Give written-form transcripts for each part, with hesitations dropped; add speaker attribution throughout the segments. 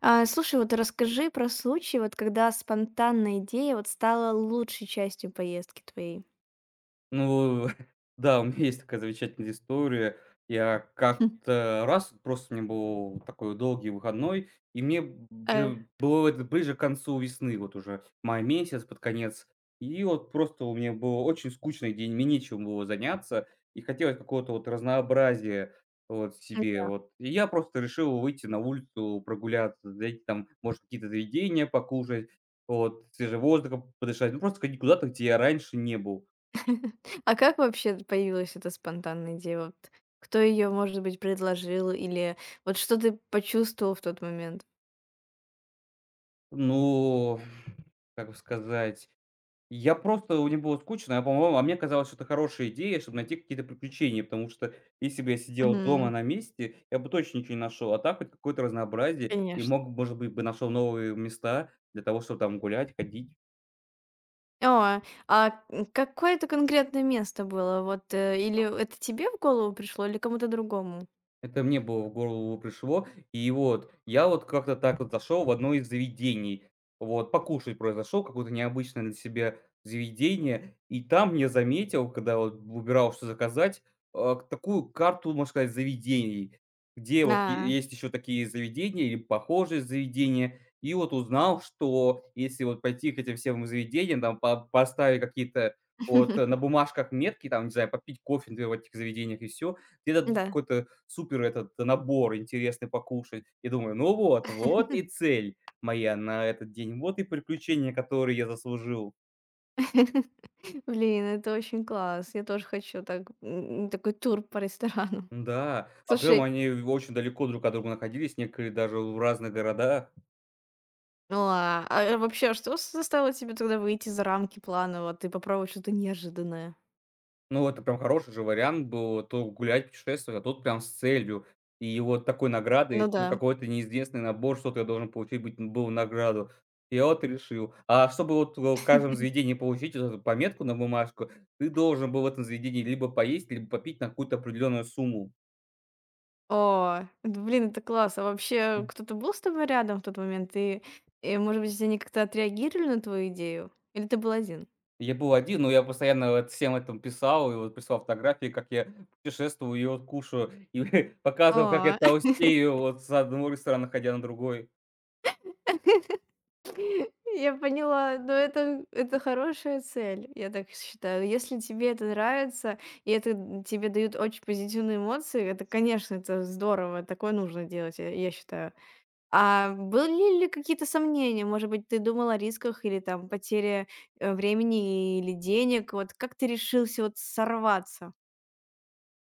Speaker 1: А, слушай, вот расскажи про случай, вот когда спонтанная идея вот стала лучшей частью поездки твоей.
Speaker 2: Ну да, у меня есть такая замечательная история. Я как-то раз, просто у меня был такой долгий выходной, и мне
Speaker 1: Э,
Speaker 2: б было это ближе к концу весны, вот уже май месяц, под конец. И вот просто у меня был очень скучный день, мне нечем было заняться, и хотелось какого-то вот разнообразия вот себе вот. И я просто решил выйти на улицу, прогуляться, зайти там, может, какие-то заведения покушать, вот, свежим воздухом подышать. Ну, просто ходить куда-то, где я раньше не был.
Speaker 1: А как вообще появилась эта спонтанная идея? Вот кто ее, может быть, предложил или вот что ты почувствовал в тот момент?
Speaker 2: Ну, как бы сказать, я просто у него было скучно, а по-моему, а мне казалось, что это хорошая идея, чтобы найти какие-то приключения, потому что если бы я сидел
Speaker 1: Мгм.
Speaker 2: дома на месте, я бы точно ничего не нашел, а так хоть какое-то разнообразие и
Speaker 1: Конечно.
Speaker 2: мог, может быть, бы нашел новые места для того, чтобы там гулять, ходить.
Speaker 1: О, какое это конкретное место было? Или это тебе в голову пришло, или кому-то другому?
Speaker 2: Это мне было в голову пришло. И вот я вот как-то так вот зашел в одно из заведений. Вот, покушать просто зашел, какое-то необычное для себя заведение. И там я заметил, когда вот выбирал, что заказать, такую карту, можно сказать, заведений, где вот
Speaker 1: А,
Speaker 2: есть еще такие заведения или похожие заведения. И вот узнал, что если вот пойти к этим всем заведениям, там поставить какие-то вот на бумажках метки, там, не знаю, попить кофе например, в этих заведениях и все, где-то
Speaker 1: да.
Speaker 2: какой-то супер этот набор интересный покушать. И думаю: "Ну вот, вот и цель моя на этот день, вот и приключения, которые я заслужил".
Speaker 1: Блин, это очень класс. Я тоже хочу так, такой тур по ресторану.
Speaker 2: Да, а прям
Speaker 1: Слушай,
Speaker 2: они очень далеко друг от друга находились, некоторые даже в разных городах.
Speaker 1: ну а вообще, что заставило тебя тогда выйти за рамки плана, вот, ты попробовать что-то неожиданное?
Speaker 2: Ну, это прям хороший же вариант был, а то гулять, путешествовать, а тут прям с целью. И вот такой
Speaker 1: Ну
Speaker 2: награды
Speaker 1: да.
Speaker 2: чё какой-то неизвестный набор, что-то я должен получить быть был награду. Я вот решил. А чтобы вот в каждом заведении получить вот эту пометку на бумажку, ты должен был в этом заведении либо поесть, либо попить на какую-то определенную сумму.
Speaker 1: О, это, блин, это класс. А вообще,
Speaker 2: Мгм.
Speaker 1: кто-то был с тобой рядом в тот момент? И может быть, они как-то отреагировали на твою идею? Или ты был один?
Speaker 2: Я был один, но я постоянно вот всем этом писал и вот присылал фотографии, как я путешествую и вот кушаю, и показывал, как я
Speaker 1: О,
Speaker 2: толстею вот с одной стороны ходя на другой.
Speaker 1: я поняла, но это хорошая цель, я так считаю. Если тебе это нравится, и это, тебе дают очень позитивные эмоции, это, конечно, это здорово, такое нужно делать, я считаю. А были ли какие-то сомнения? Может быть, ты думал о рисках или там потере, времени или денег? Вот как ты решился вот сорваться?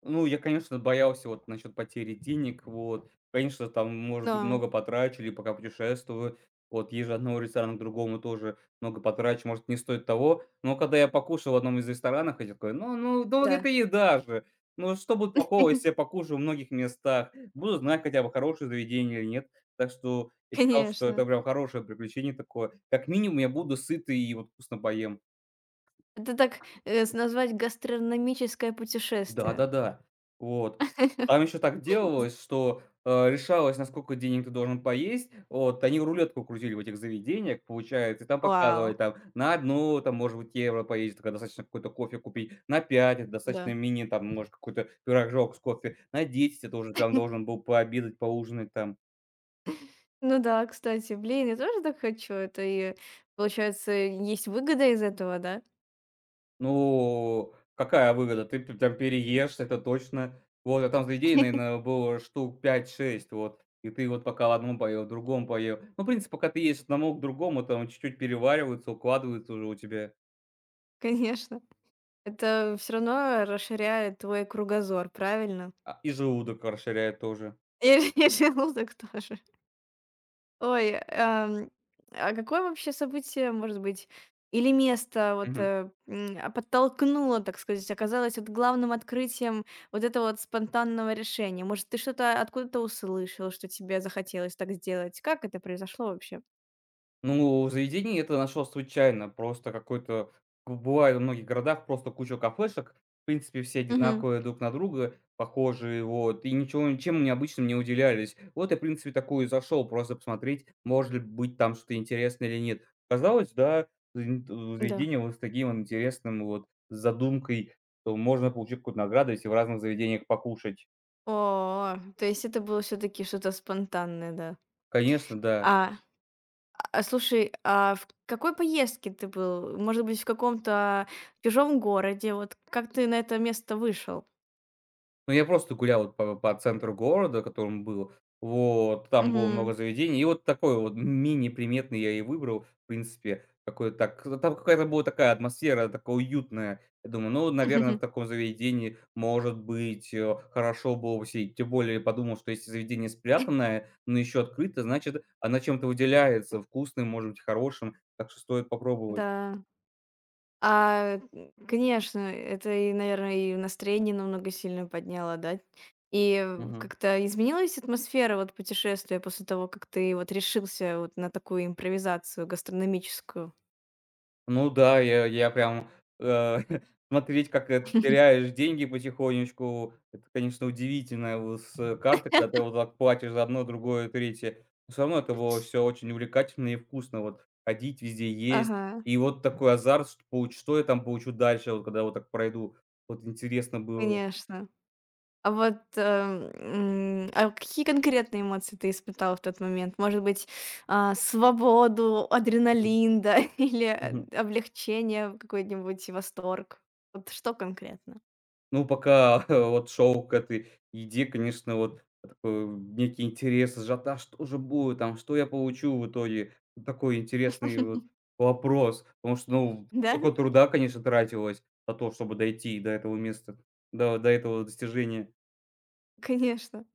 Speaker 2: Ну, я, конечно, боялся вот насчет потери денег, вот. Конечно, там, может быть,
Speaker 1: Да,
Speaker 2: много потрачу или пока путешествую. Вот, езжу от одного ресторана к другому тоже много потрачу, может, не стоит того. Но когда я покушал в одном из ресторанов, я такой, ну, ну, ну, это
Speaker 1: да,
Speaker 2: еда же. Ну, что будет плохого, если я покушаю в многих местах? Буду знать хотя бы, хорошее заведение или нет. Так что я считал, что
Speaker 1: конечно.
Speaker 2: это прям хорошее приключение такое. Как минимум, я буду сытый и вот вкусно поем.
Speaker 1: Это так, с назвать гастрономическое путешествие.
Speaker 2: Да-да-да. Вот. Там еще так делалось, что, решалось, на сколько денег ты должен поесть. Вот, они рулетку крутили в этих заведениях, получается, и там
Speaker 1: Вау,
Speaker 2: показывали, там, на одну там, может быть, евро поесть, тогда достаточно какой-то кофе купить, на 5, это
Speaker 1: да.
Speaker 2: достаточно мини, там, может, какой-то пирожок с кофе, на 10 это уже прям должен был пообедать, поужинать там.
Speaker 1: Ну да, кстати, блин, я тоже так хочу. Это и, получается, есть выгода из этого, да?
Speaker 2: Ну, какая выгода? Ты п там переешь, это точно. Вот, а там заведений, наверное, было штук пять-шесть, вот. И ты вот пока в одном поел, в другом поел. Ну, в принципе, пока ты едешь от одного к другому, там чуть-чуть перевариваются, укладываются уже у тебя,
Speaker 1: Конечно. Это все равно расширяет твой кругозор, правильно?
Speaker 2: и желудок расширяет тоже.
Speaker 1: И и желудок тоже. Ой, а какое вообще событие, может быть, или место вот подтолкнуло, так сказать, оказалось вот главным открытием вот этого вот спонтанного решения? Может, ты что-то откуда-то услышал, что тебе захотелось так сделать? Как это произошло вообще?
Speaker 2: Ну, заведение это нашел случайно. Просто какой-то б бывает во многих городах просто куча кафешек. В принципе, все
Speaker 1: Мгм.
Speaker 2: одинаковые друг на друга, похожие, вот, и ничего ничем необычным не уделялись. Вот я, в принципе, такую и зашел просто посмотреть, может ли быть там что-то интересное или нет. Казалось, да,
Speaker 1: Да.
Speaker 2: заведение вот с таким вот интересным вот задумкой, что можно получить какую-то награду, если в разных заведениях покушать.
Speaker 1: О, то есть это было все таки что-то спонтанное, да.
Speaker 2: Конечно, да.
Speaker 1: А, а слушай, а в какой поездке ты был? Может быть, в каком-то чужом городе? Вот как ты на это место вышел?
Speaker 2: Ну, я просто гулял вот по центру города, которым был. Вот, там было
Speaker 1: Мгм.
Speaker 2: много заведений. И вот такой вот мини-приметный я и выбрал, в принципе. Такой так ну, там какая-то была такая атмосфера, такая уютная. Я думаю, ну, наверное, в таком заведении, может быть, хорошо было бы сидеть. Тем более, подумал, что если заведение спрятанное, но еще открыто, значит, она чем-то выделяется: вкусным, может быть, хорошим. Так что стоит попробовать.
Speaker 1: Да. А, конечно, это и, наверное, и настроение намного сильно подняло, да? И
Speaker 2: Мгм.
Speaker 1: как-то изменилась атмосфера вот путешествия после того, как ты вот решился вот на такую импровизацию гастрономическую?
Speaker 2: Ну да, я прям, э, смотреть, как, теряешь деньги потихонечку. Это, конечно, удивительно, вот с карты, когда ты вот так платишь за одно, другое, третье. Но всё равно это было все очень увлекательно и вкусно. Вот ходить везде, есть.
Speaker 1: Ага,
Speaker 2: И вот такой азарт, что получ что я там получу дальше, вот когда вот так пройду. Вот интересно было.
Speaker 1: конечно. А вот, а какие конкретные эмоции ты испытал в тот момент? Может быть, а, свободу, адреналин, да, или
Speaker 2: Мгм.
Speaker 1: облегчение, какой-нибудь восторг? Вот что конкретно?
Speaker 2: Ну, пока вот шел к этой еде, конечно, вот такой некий интерес, ажиотаж, что же будет там, что я получу в итоге. Вот такой интересный вот вопрос, потому что, ну,
Speaker 1: Да?
Speaker 2: столько труда, конечно, тратилось на то, чтобы дойти до этого места, до этого достижения.
Speaker 1: Конечно.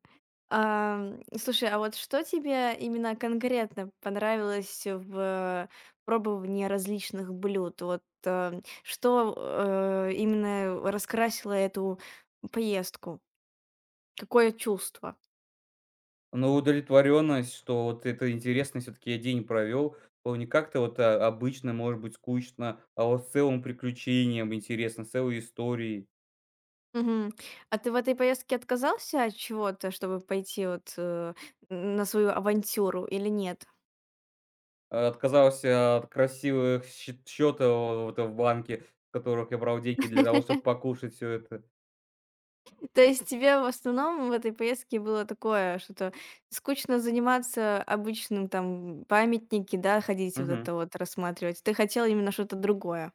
Speaker 1: Ам, слушай, а вот что тебе именно конкретно понравилось в пробовании различных блюд? Вот, именно раскрасило эту поездку? Какое чувство?
Speaker 2: Но удовлетворенность, что вот это интересно, все-таки я день провел, было не как-то вот обычно, может быть, скучно, а вот с целым приключением интересно, с целой историей.
Speaker 1: Мгм. А ты в этой поездке отказался от чего-то, чтобы пойти вот, на свою авантюру или нет?
Speaker 2: Отказался от красивых щи счёта в банке, в которых я брал деньги для того, чтобы покушать все это.
Speaker 1: То есть тебе в основном в этой поездке было такое, что-то скучно заниматься обычным, там, памятники, да, ходить вот
Speaker 2: Мгм.
Speaker 1: это вот рассматривать. Ты хотела именно что-то другое.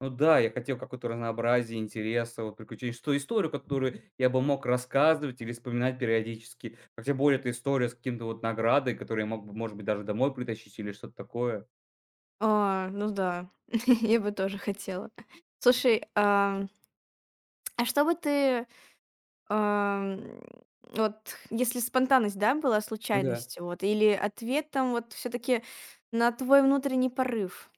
Speaker 2: Ну да, я хотел какое-то разнообразие, интереса, вот приключений, что историю, которую я бы мог рассказывать или вспоминать периодически. А тем более это история с каким-то вот наградой, которую я мог бы, может быть, даже домой притащить или что-то такое.
Speaker 1: А, ну да, я бы тоже хотела. Слушай, а что бы ты Ам, вот если спонтанность, да, была
Speaker 2: Да.
Speaker 1: случайностью, вот, или ответом вот все таки на твой внутренний порыв?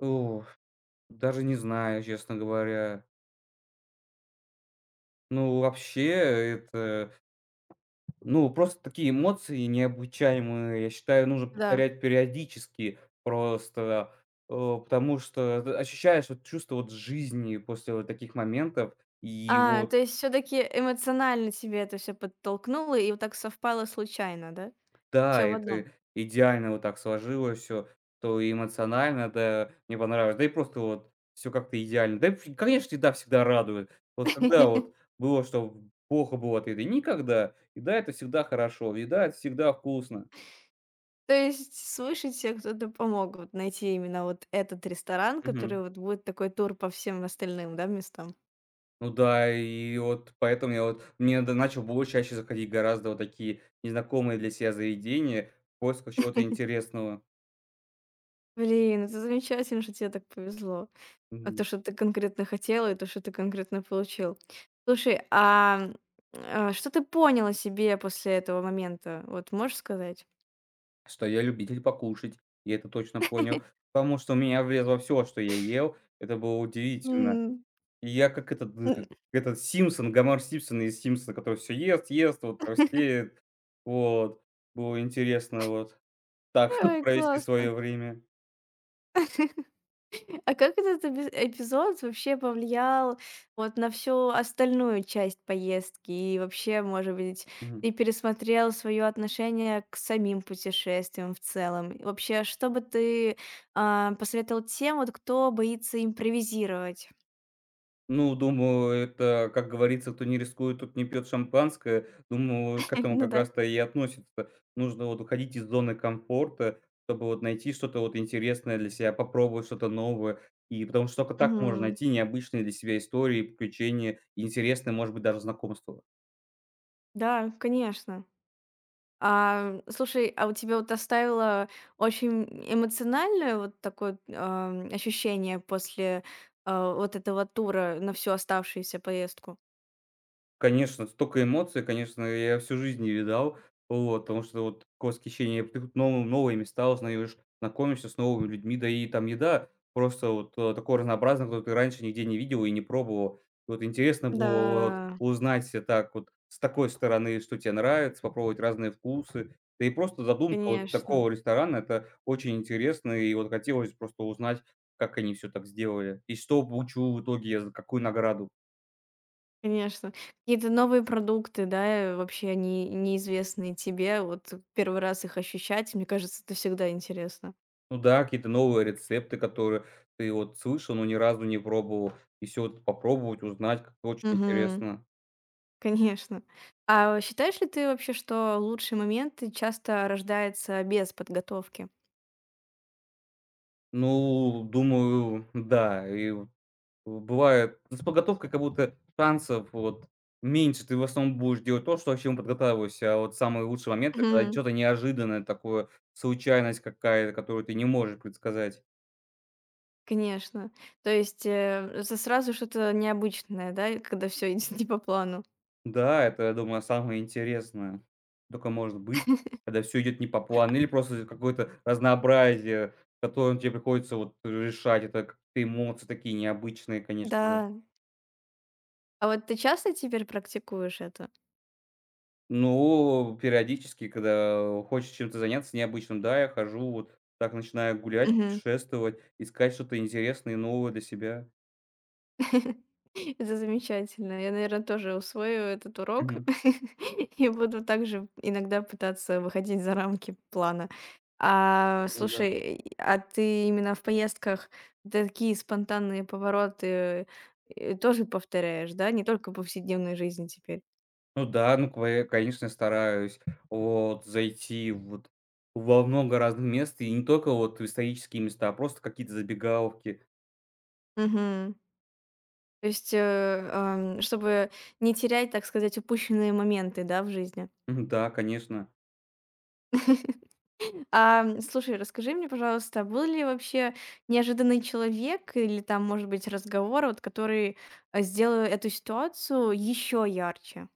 Speaker 2: Ух, даже не знаю, честно говоря. Ну, вообще, просто такие эмоции необучаемые, я считаю, нужно
Speaker 1: Да.
Speaker 2: повторять периодически просто, потому что т ощущаешь вот чувство вот жизни после вот таких моментов. И
Speaker 1: А,
Speaker 2: вот
Speaker 1: то есть все таки эмоционально тебе это все подтолкнуло, и вот так совпало случайно, да?
Speaker 2: да,
Speaker 1: Все в одном.
Speaker 2: это идеально вот так сложилось все то и эмоционально, да, мне понравилось, да и просто вот все как-то идеально. Да и вообще, конечно, еда всегда радует. Вот когда вот было, что плохо было от еды? Никогда. Еда- это всегда хорошо, еда- это всегда вкусно.
Speaker 1: То есть свыше те кто-то помог вот найти именно вот этот ресторан, который
Speaker 2: Мгм.
Speaker 1: вот будет такой тур по всем остальным, да, местам?
Speaker 2: Ну да, и вот поэтому я вот мне да начал больше чаще заходить гораздо вот такие незнакомые для себя заведения в поисках чего-то интересного.
Speaker 1: Блин, это замечательно, что тебе так повезло. А то,
Speaker 2: Мгм.
Speaker 1: что ты конкретно хотел, и то, что ты конкретно получил. Слушай, что ты понял о себе после этого момента? Вот можешь сказать?
Speaker 2: Что я любитель покушать, я это точно понял, потому что у меня влезло все, что я ел. Это было удивительно.
Speaker 1: Мгм.
Speaker 2: И я как этот г г этот Симпсон, Гомер Симпсон из "Симпсонов", который все ест, ест, вот толстеет. Вот. Было интересно вот так
Speaker 1: Ой,
Speaker 2: провести
Speaker 1: классно.
Speaker 2: свое время.
Speaker 1: А как этот эпизод вообще повлиял вот на всю остальную часть поездки? И вообще, может быть,
Speaker 2: Мгм.
Speaker 1: ты пересмотрел свое отношение к самим путешествиям в целом? И вообще, что бы ты посоветовал тем, вот кто боится импровизировать?
Speaker 2: Ну, думаю, это, как говорится, кто не рискует, тот не пьет шампанское. Думаю, к этому
Speaker 1: Ну
Speaker 2: как раз-то и относится. Нужно вот уходить из зоны комфорта, чтобы вот найти что-то вот интересное для себя, попробовать что-то новое. И потому что только так можно
Speaker 1: да.
Speaker 2: найти необычные для себя истории, приключения, и интересные, может быть, даже знакомства.
Speaker 1: Да, конечно. А, слушай, а у тебя вот оставило очень эмоциональное вот такое ощущение после вот этого тура на всю оставшуюся поездку?
Speaker 2: Конечно, столько эмоций, конечно, я всю жизнь не видал. Вот, потому что вот такое восхищение, ты тут новые, новые места узнаешь, знакомишься с новыми людьми, да и там еда просто вот такое разнообразное, которое ты раньше нигде не видел и не пробовал. Вот интересно
Speaker 1: Да,
Speaker 2: было вот узнать так вот с такой стороны, что тебе нравится, попробовать разные вкусы. Да и просто задумка вот
Speaker 1: конечно,
Speaker 2: такого ресторана, это очень интересно, и вот хотелось просто узнать, как они все так сделали, и что получу в итоге, я за какую награду.
Speaker 1: конечно. Какие-то новые продукты, да, вообще они неизвестные тебе, вот первый раз их ощущать, мне кажется, это всегда интересно.
Speaker 2: Ну да, какие-то новые рецепты, которые ты вот слышал, но ни разу не пробовал. И все вот попробовать, узнать как очень
Speaker 1: Угу,
Speaker 2: интересно.
Speaker 1: конечно. А считаешь ли ты вообще, что лучшие моменты часто рождаются без подготовки?
Speaker 2: Ну, думаю, да. И вот бывает с подготовкой как будто шансов вот меньше. Ты в основном будешь делать то, что к чему подготавливаешься. А вот самые лучшие моменты, когда
Speaker 1: Мгм.
Speaker 2: что то неожиданное такое, случайность какая-то, которую ты не можешь предсказать.
Speaker 1: Конечно. То есть, это сразу что-то необычное, да, и когда все идет не по плану.
Speaker 2: Да, это, я думаю, самое интересное, только может быть, когда все идет не по плану или просто из-за какое-то разнообразие, которое тебе приходится вот решать. Это как-то эмоции такие необычные, конечно же.
Speaker 1: Да. А вот ты часто теперь практикуешь это?
Speaker 2: Ну, периодически, когда хочешь чем-то заняться необычным, да, я хожу, вот так начинаю гулять,
Speaker 1: Мгм.
Speaker 2: путешествовать, искать что-то интересное и новое для себя.
Speaker 1: Это замечательно. Я, наверное, тоже усвою этот урок
Speaker 2: Мгм.
Speaker 1: и буду также иногда пытаться выходить за рамки плана. А,
Speaker 2: Да.
Speaker 1: слушай, а ты именно в поездках такие спонтанные повороты, тоже повторяешь, да? Не только в повседневной жизни теперь?
Speaker 2: Ну да, ну квэ конечно, стараюсь вот зайти вот во много разных мест, и не только вот в исторические места, а просто какие-то забегаловки.
Speaker 1: Мгм. То есть, чтобы не терять, так сказать, упущенные моменты, да, в жизни.
Speaker 2: Мгм, да, конечно.
Speaker 1: А, слушай, расскажи мне, пожалуйста, был ли вообще неожиданный человек или там, может быть, разговор, вот который, сделал эту ситуацию еще ярче?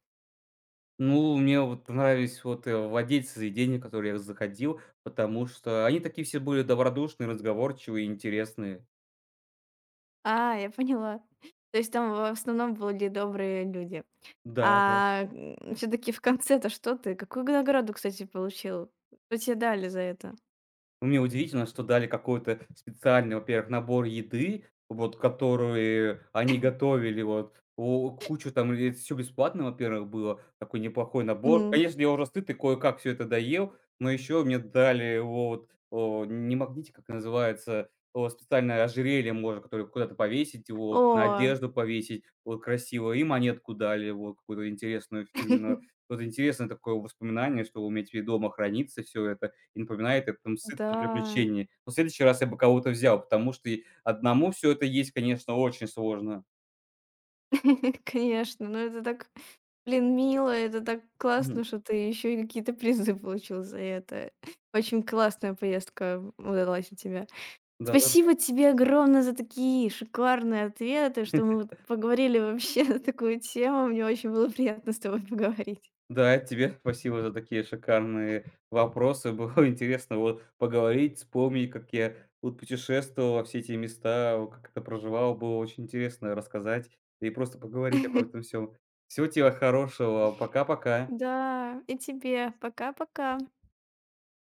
Speaker 2: Ну, мне вот понравились вот, владельцы заведений, в которые я заходил, потому что они такие все были добродушные, разговорчивые, интересные.
Speaker 1: А, я поняла. То есть там в основном были добрые люди.
Speaker 2: Да, да.
Speaker 1: А, все таки в конце-то что ты? Какую награду, кстати, получил? Что тебе дали за это?
Speaker 2: Ну, мне удивительно, что дали какой-то специальный, во-первых, набор еды, вот, который они готовили, вот, кучу там, и это всё бесплатно, во-первых, было, такой неплохой набор.
Speaker 1: Мгм.
Speaker 2: Конечно, я уже сыт и кое-как всё это доел, но еще мне дали вот, не магнитик, как называется, специальное ожерелье можно, которое куда-то повесить, вот, на
Speaker 1: О,
Speaker 2: одежду повесить, вот, красиво, и монетку дали, вот, какую-то интересную фирменную. Вот интересное такое воспоминание, что у меня теперь дома хранится всё это и напоминает о этом сытном
Speaker 1: да.
Speaker 2: приключении. Но в следующий раз я бы кого-то взял, потому что и одному все это есть, конечно, очень сложно.
Speaker 1: Конечно, но это так, блин, мило, это так
Speaker 2: Мгм.
Speaker 1: классно, что ты еще и какие-то призы получил за это. Очень классная поездка удалась у тебя.
Speaker 2: Да-да-да.
Speaker 1: Спасибо тебе огромное за такие шикарные ответы, что мы вот поговорили вообще на такую тему. Мне очень было приятно с тобой поговорить.
Speaker 2: Да, тебе спасибо за такие шикарные вопросы. Было интересно вот поговорить, вспомнить, как я вот путешествовал во все эти места, как это проживал. Было очень интересно рассказать и просто поговорить об этом всем. Всего тебе хорошего. Пока-пока.
Speaker 1: Да, и тебе. Пока-пока.